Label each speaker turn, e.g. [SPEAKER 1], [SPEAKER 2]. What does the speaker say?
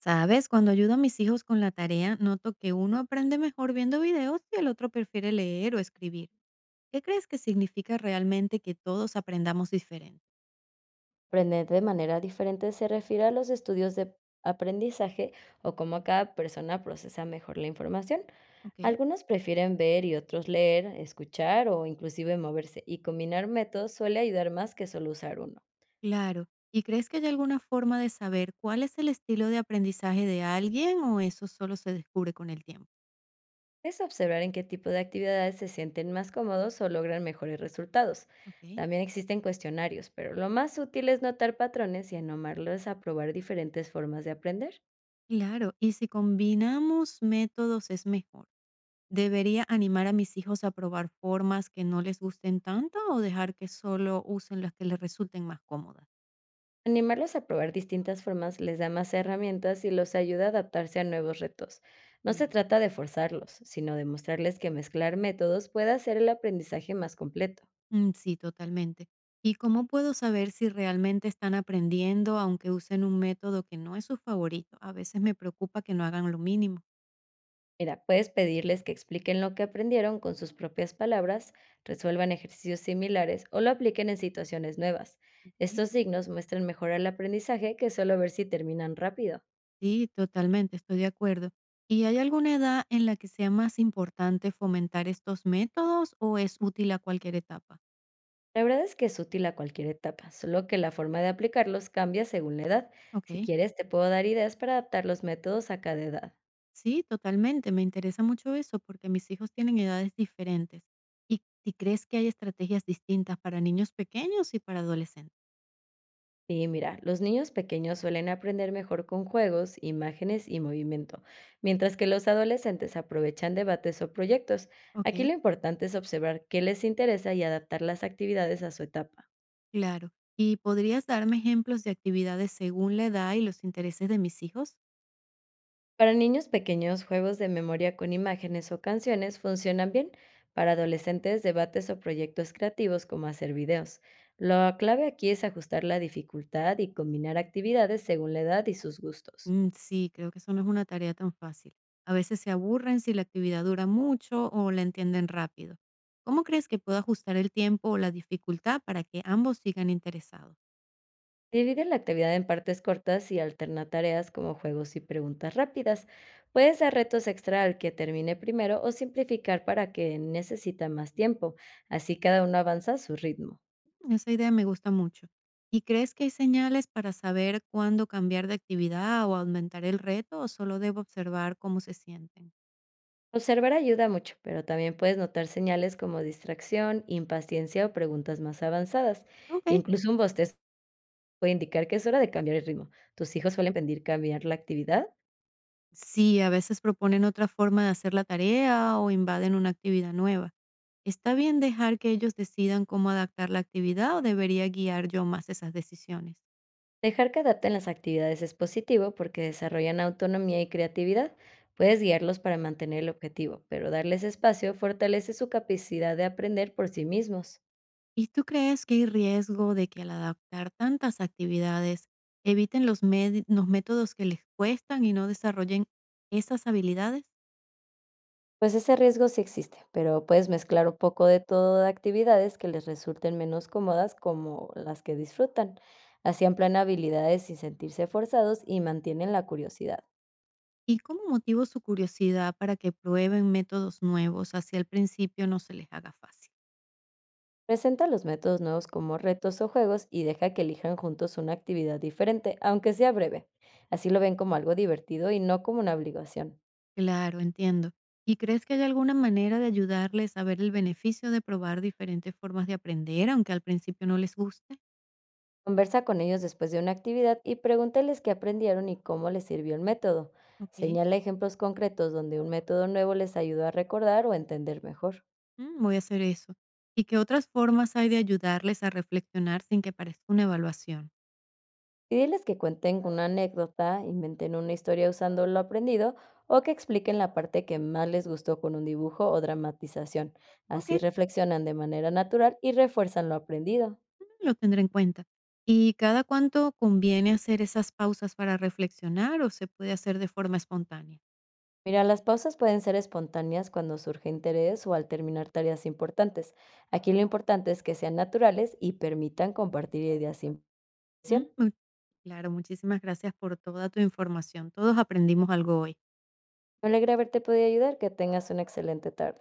[SPEAKER 1] ¿Sabes? Cuando ayudo a mis hijos con la tarea, noto que uno aprende mejor viendo videos y el otro prefiere leer o escribir. ¿Qué crees que significa realmente que todos aprendamos diferente?
[SPEAKER 2] Aprender de manera diferente se refiere a los estudios de aprendizaje o cómo cada persona procesa mejor la información.
[SPEAKER 1] ¿Ok?
[SPEAKER 2] Algunos prefieren ver y otros leer, escuchar o inclusive moverse, y combinar métodos suele ayudar más que solo usar uno.
[SPEAKER 1] Claro. ¿Y crees que hay alguna forma de saber cuál es el estilo de aprendizaje de alguien o eso solo se descubre con el tiempo?
[SPEAKER 2] Es observar en qué tipo de actividades se sienten más cómodos o logran mejores resultados.
[SPEAKER 1] ¿Ok?
[SPEAKER 2] También existen cuestionarios, pero lo más útil es notar patrones y anomarlos a probar diferentes formas de aprender.
[SPEAKER 1] Claro. ¿Y si combinamos métodos es mejor? ¿Debería animar a mis hijos a probar formas que no les gusten tanto o dejar que solo usen las que les resulten más cómodas?
[SPEAKER 2] Animarlos a probar distintas formas les da más herramientas y los ayuda a adaptarse a nuevos retos. No se
[SPEAKER 1] Sí.
[SPEAKER 2] trata de forzarlos, sino de mostrarles que mezclar métodos puede hacer el aprendizaje más completo.
[SPEAKER 1] Sí, totalmente. ¿Y cómo puedo saber si realmente están aprendiendo aunque usen un método que no es su favorito? A veces me preocupa que no hagan lo mínimo.
[SPEAKER 2] Mira, puedes pedirles que expliquen lo que aprendieron con sus propias palabras, resuelvan ejercicios similares o lo apliquen en situaciones nuevas.
[SPEAKER 1] Ok.
[SPEAKER 2] Estos signos muestran mejor el aprendizaje que solo ver si terminan rápido.
[SPEAKER 1] Sí, totalmente, estoy de acuerdo. ¿Y hay alguna edad en la que sea más importante fomentar estos métodos o es útil a cualquier etapa?
[SPEAKER 2] La verdad es que es útil a cualquier etapa, solo que la forma de aplicarlos cambia según la edad.
[SPEAKER 1] Ok,
[SPEAKER 2] Si quieres, te puedo dar ideas para adaptar los métodos a cada edad.
[SPEAKER 1] sí, totalmente, me interesa mucho eso porque mis hijos tienen edades diferentes. ¿Y crees que hay estrategias distintas para niños pequeños y para adolescentes?
[SPEAKER 2] Y mira, los niños pequeños suelen aprender mejor con juegos, imágenes y movimiento, mientras que los adolescentes aprovechan debates o proyectos. Aquí
[SPEAKER 1] Ok.
[SPEAKER 2] lo importante es observar qué les interesa y adaptar las actividades a su etapa.
[SPEAKER 1] Claro. ¿Y podrías darme ejemplos de actividades según la edad y los intereses de mis hijos?
[SPEAKER 2] Para niños pequeños, juegos de memoria con imágenes o canciones funcionan bien. Para adolescentes, debates o proyectos creativos como hacer videos. La clave aquí es ajustar la dificultad y combinar actividades según la edad y sus gustos.
[SPEAKER 1] Sí, creo que eso no es una tarea tan fácil. A veces se aburren si la actividad dura mucho o la entienden rápido. ¿Cómo crees que puedo ajustar el tiempo o la dificultad para que ambos sigan interesados?
[SPEAKER 2] Divide la actividad en partes cortas y alterna tareas como juegos y preguntas rápidas. Puedes dar retos extra al que termine primero o simplificar para que necesita más tiempo. Así cada uno avanza a su ritmo.
[SPEAKER 1] Esa idea me gusta mucho. ¿Y crees que hay señales para saber cuándo cambiar de actividad o aumentar el reto o solo debo observar cómo se sienten?
[SPEAKER 2] Observar ayuda mucho, pero también puedes notar señales como distracción, impaciencia o preguntas más avanzadas.
[SPEAKER 1] Ok.
[SPEAKER 2] Incluso un bostezo puede indicar que es hora de cambiar el ritmo. ¿Tus hijos suelen pedir cambiar la actividad?
[SPEAKER 1] Sí, a veces proponen otra forma de hacer la tarea o invaden una actividad nueva. ¿Está bien dejar que ellos decidan cómo adaptar la actividad o debería guiar yo más esas decisiones?
[SPEAKER 2] Dejar que adapten las actividades es positivo porque desarrollan autonomía y creatividad. Puedes guiarlos para mantener el objetivo, pero darles espacio fortalece su capacidad de aprender por sí mismos.
[SPEAKER 1] ¿Y tú crees que hay riesgo de que al adaptar tantas actividades eviten los métodos que les cuestan y no desarrollen esas habilidades?
[SPEAKER 2] Pues ese riesgo sí existe, pero puedes mezclar un poco de todo de actividades que les resulten menos cómodas como las que disfrutan. Así amplían habilidades sin sentirse forzados y mantienen la curiosidad.
[SPEAKER 1] ¿Y cómo motivo su curiosidad para que prueben métodos nuevos así al principio no se les haga fácil?
[SPEAKER 2] Presenta los métodos nuevos como retos o juegos y deja que elijan juntos una actividad diferente, aunque sea breve. Así lo ven como algo divertido y no como una obligación.
[SPEAKER 1] Claro, entiendo. ¿Y crees que hay alguna manera de ayudarles a ver el beneficio de probar diferentes formas de aprender, aunque al principio no les guste?
[SPEAKER 2] Conversa con ellos después de una actividad y pregúntales qué aprendieron y cómo les sirvió el método.
[SPEAKER 1] Ok,
[SPEAKER 2] Señala ejemplos concretos donde un método nuevo les ayudó a recordar o entender mejor.
[SPEAKER 1] voy a hacer eso. ¿Y qué otras formas hay de ayudarles a reflexionar sin que parezca una evaluación?
[SPEAKER 2] Y diles que cuenten una anécdota, inventen una historia usando lo aprendido o que expliquen la parte que más les gustó con un dibujo o dramatización.
[SPEAKER 1] Ok,
[SPEAKER 2] Así reflexionan de manera natural y refuerzan lo aprendido.
[SPEAKER 1] lo tendré en cuenta. ¿Y cada cuánto conviene hacer esas pausas para reflexionar o se puede hacer de forma espontánea?
[SPEAKER 2] Mira, las pausas pueden ser espontáneas cuando surge interés o al terminar tareas importantes. Aquí lo importante es que sean naturales y permitan compartir ideas sin
[SPEAKER 1] Mm,
[SPEAKER 2] presión.
[SPEAKER 1] mu- Claro, muchísimas gracias por toda tu información. Todos aprendimos algo hoy.
[SPEAKER 2] Me alegra haberte podido ayudar, que tengas una excelente tarde.